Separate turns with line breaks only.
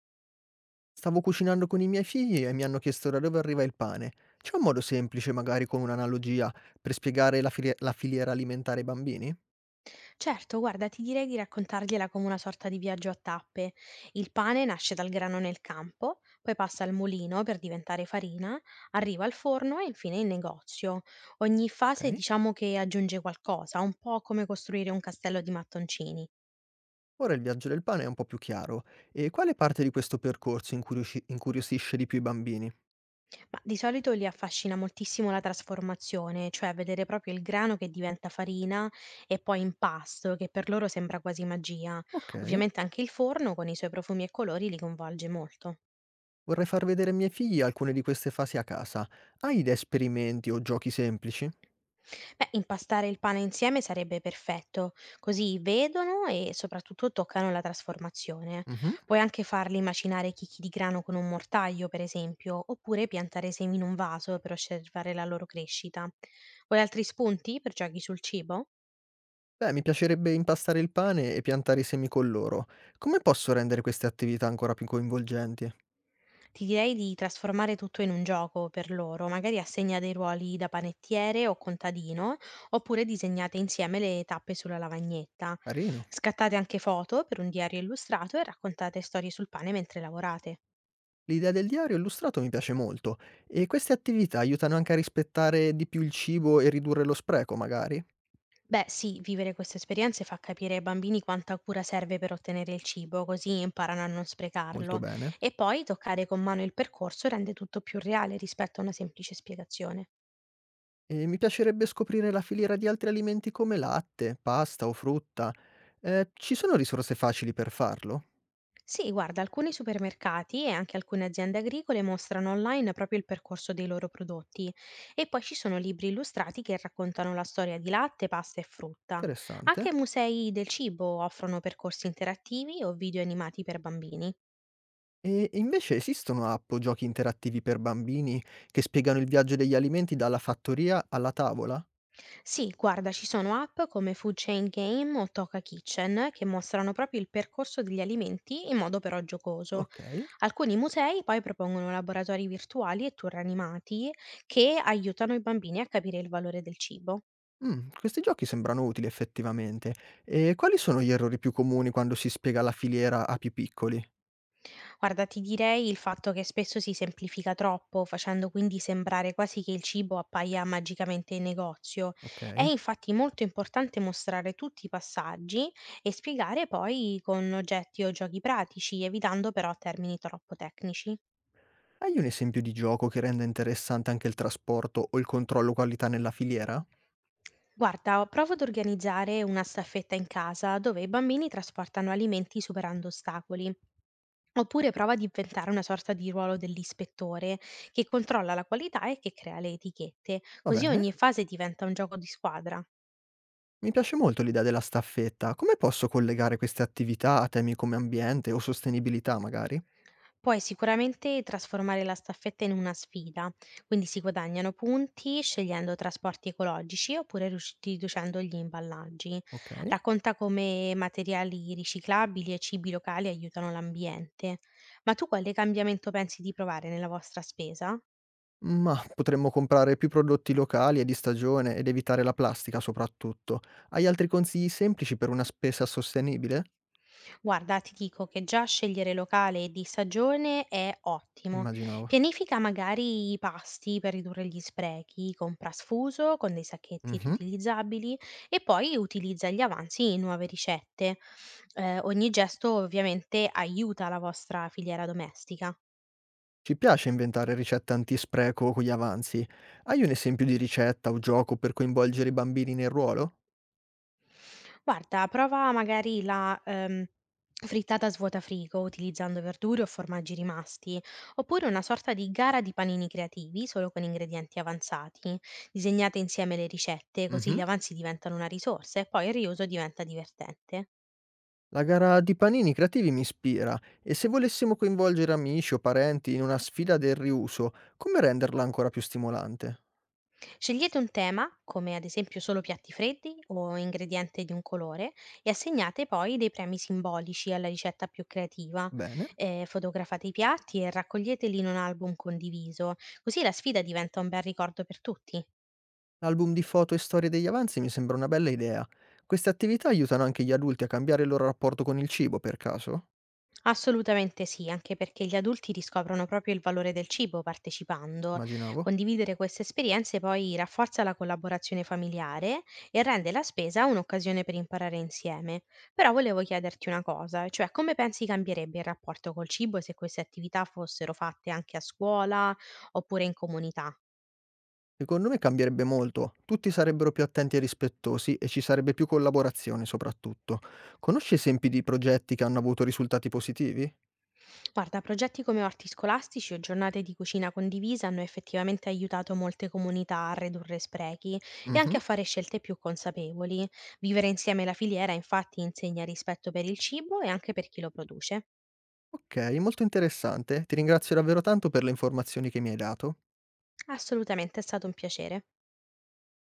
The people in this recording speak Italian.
Stavo cucinando con i miei figli e mi hanno chiesto da dove arriva il pane. C'è un modo semplice, magari con un'analogia, per spiegare la filiera alimentare ai bambini?
Certo, guarda, ti direi di raccontargliela come una sorta di viaggio a tappe. Il pane nasce dal grano nel campo, poi passa al mulino per diventare farina, arriva al forno e infine in negozio. Ogni fase
Ok.
diciamo che aggiunge qualcosa, un po' come costruire un castello di mattoncini.
Ora il viaggio del pane è un po' più chiaro. E quale parte di questo percorso incuriosisce di più i bambini?
Ma di solito li affascina moltissimo la trasformazione, cioè vedere proprio il grano che diventa farina e poi impasto, che per loro sembra quasi magia.
Ok.
Ovviamente anche il forno con i suoi profumi e colori li coinvolge molto.
Vorrei far vedere ai miei figli alcune di queste fasi a casa. Hai idee, esperimenti o giochi semplici?
Beh, impastare il pane insieme sarebbe perfetto, così vedono e soprattutto toccano la trasformazione.
Mhm.
Puoi anche farli macinare chicchi di grano con un mortaio, per esempio, oppure piantare semi in un vaso per osservare la loro crescita. Vuoi altri spunti per giochi sul cibo?
Beh, mi piacerebbe impastare il pane e piantare i semi con loro. Come posso rendere queste attività ancora più coinvolgenti?
Ti direi di trasformare tutto in un gioco per loro, magari assegna dei ruoli da panettiere o contadino, oppure disegnate insieme le tappe sulla lavagnetta.
Carino.
Scattate anche foto per un diario illustrato e raccontate storie sul pane mentre lavorate.
L'idea del diario illustrato mi piace molto e queste attività aiutano anche a rispettare di più il cibo e ridurre lo spreco, magari.
Beh, sì, vivere queste esperienze fa capire ai bambini quanta cura serve per ottenere il cibo, così imparano a non
Molto
sprecarlo.
bene.
E poi toccare con mano il percorso rende tutto più reale rispetto a una semplice spiegazione.
E mi piacerebbe scoprire la filiera di altri alimenti come latte, pasta o frutta. Ci sono risorse facili per farlo?
Sì, guarda, alcuni supermercati e anche alcune aziende agricole mostrano online proprio il percorso dei loro prodotti e poi ci sono libri illustrati che raccontano la storia di latte, pasta e frutta.
Interessante.
Anche musei del cibo offrono percorsi interattivi o video animati per bambini.
E invece esistono app o giochi interattivi per bambini che spiegano il viaggio degli alimenti dalla fattoria alla tavola?
Sì, guarda, ci sono app come Food Chain Game o Toca Kitchen che mostrano proprio il percorso degli alimenti in modo però giocoso.
Ok.
Alcuni musei poi propongono laboratori virtuali e tour animati che aiutano i bambini a capire il valore del cibo.
Questi giochi sembrano utili effettivamente. E quali sono gli errori più comuni quando si spiega la filiera a più piccoli?
Guarda, ti direi il fatto che spesso si semplifica troppo, facendo quindi sembrare quasi che il cibo appaia magicamente in negozio. È
Okay.
infatti molto importante mostrare tutti i passaggi e spiegare poi con oggetti o giochi pratici, evitando però termini troppo tecnici.
Hai un esempio di gioco che renda interessante anche il trasporto o il controllo qualità nella filiera?
Guarda, provo ad organizzare una staffetta in casa dove i bambini trasportano alimenti superando ostacoli. Oppure prova ad inventare una sorta di ruolo dell'ispettore che controlla la qualità e che crea le etichette,
Va
così
bene.
ogni fase diventa un gioco di squadra.
Mi piace molto l'idea della staffetta. Come posso collegare queste attività a temi come ambiente o sostenibilità, magari?
Puoi sicuramente trasformare la staffetta in una sfida, quindi si guadagnano punti scegliendo trasporti ecologici oppure riducendo gli imballaggi.
Okay.
Racconta come materiali riciclabili e cibi locali aiutano l'ambiente. Ma tu quale cambiamento pensi di provare nella vostra spesa?
Ma potremmo comprare più prodotti locali e di stagione ed evitare la plastica soprattutto. Hai altri consigli semplici per una spesa sostenibile?
Guarda, ti dico che già scegliere locale e di stagione è ottimo.
Immaginavo.
Pianifica magari i pasti per ridurre gli sprechi, compra sfuso con dei sacchetti
Mh-mh.
riutilizzabili e poi utilizza gli avanzi in nuove ricette. Ogni gesto ovviamente aiuta la vostra filiera domestica.
Ci piace inventare ricette antispreco con gli avanzi. Hai un esempio di ricetta o gioco per coinvolgere i bambini nel ruolo?
Guarda, prova magari la frittata svuota frigo utilizzando verdure o formaggi rimasti, oppure una sorta di gara di panini creativi solo con ingredienti avanzati. Disegnate insieme le ricette, così
Mh-mh.
gli avanzi diventano una risorsa e poi il riuso diventa divertente.
La gara di panini creativi mi ispira, e se volessimo coinvolgere amici o parenti in una sfida del riuso, come renderla ancora più stimolante?
Scegliete un tema, come ad esempio solo piatti freddi o ingrediente di un colore, e assegnate poi dei premi simbolici alla ricetta più creativa.
Bene.
Fotografate i piatti e raccoglieteli in un album condiviso, così la sfida diventa un bel ricordo per tutti.
L'album di foto e storie degli avanzi mi sembra una bella idea. Queste attività aiutano anche gli adulti a cambiare il loro rapporto con il cibo, per caso?
Assolutamente sì, anche perché gli adulti riscoprono proprio il valore del cibo partecipando.
Immaginavo.
Condividere queste esperienze poi rafforza la collaborazione familiare e rende la spesa un'occasione per imparare insieme. Però volevo chiederti una cosa, cioè come pensi cambierebbe il rapporto col cibo se queste attività fossero fatte anche a scuola oppure in comunità?
Secondo me cambierebbe molto, tutti sarebbero più attenti e rispettosi e ci sarebbe più collaborazione soprattutto. Conosci esempi di progetti che hanno avuto risultati positivi?
Guarda, progetti come orti scolastici o giornate di cucina condivisa hanno effettivamente aiutato molte comunità a ridurre sprechi e anche a
Mh-mh.
fare scelte più consapevoli. Vivere insieme la filiera infatti insegna rispetto per il cibo e anche per chi lo produce.
Ok, molto interessante. Ti ringrazio davvero tanto per le informazioni che mi hai dato.
Assolutamente è stato un piacere.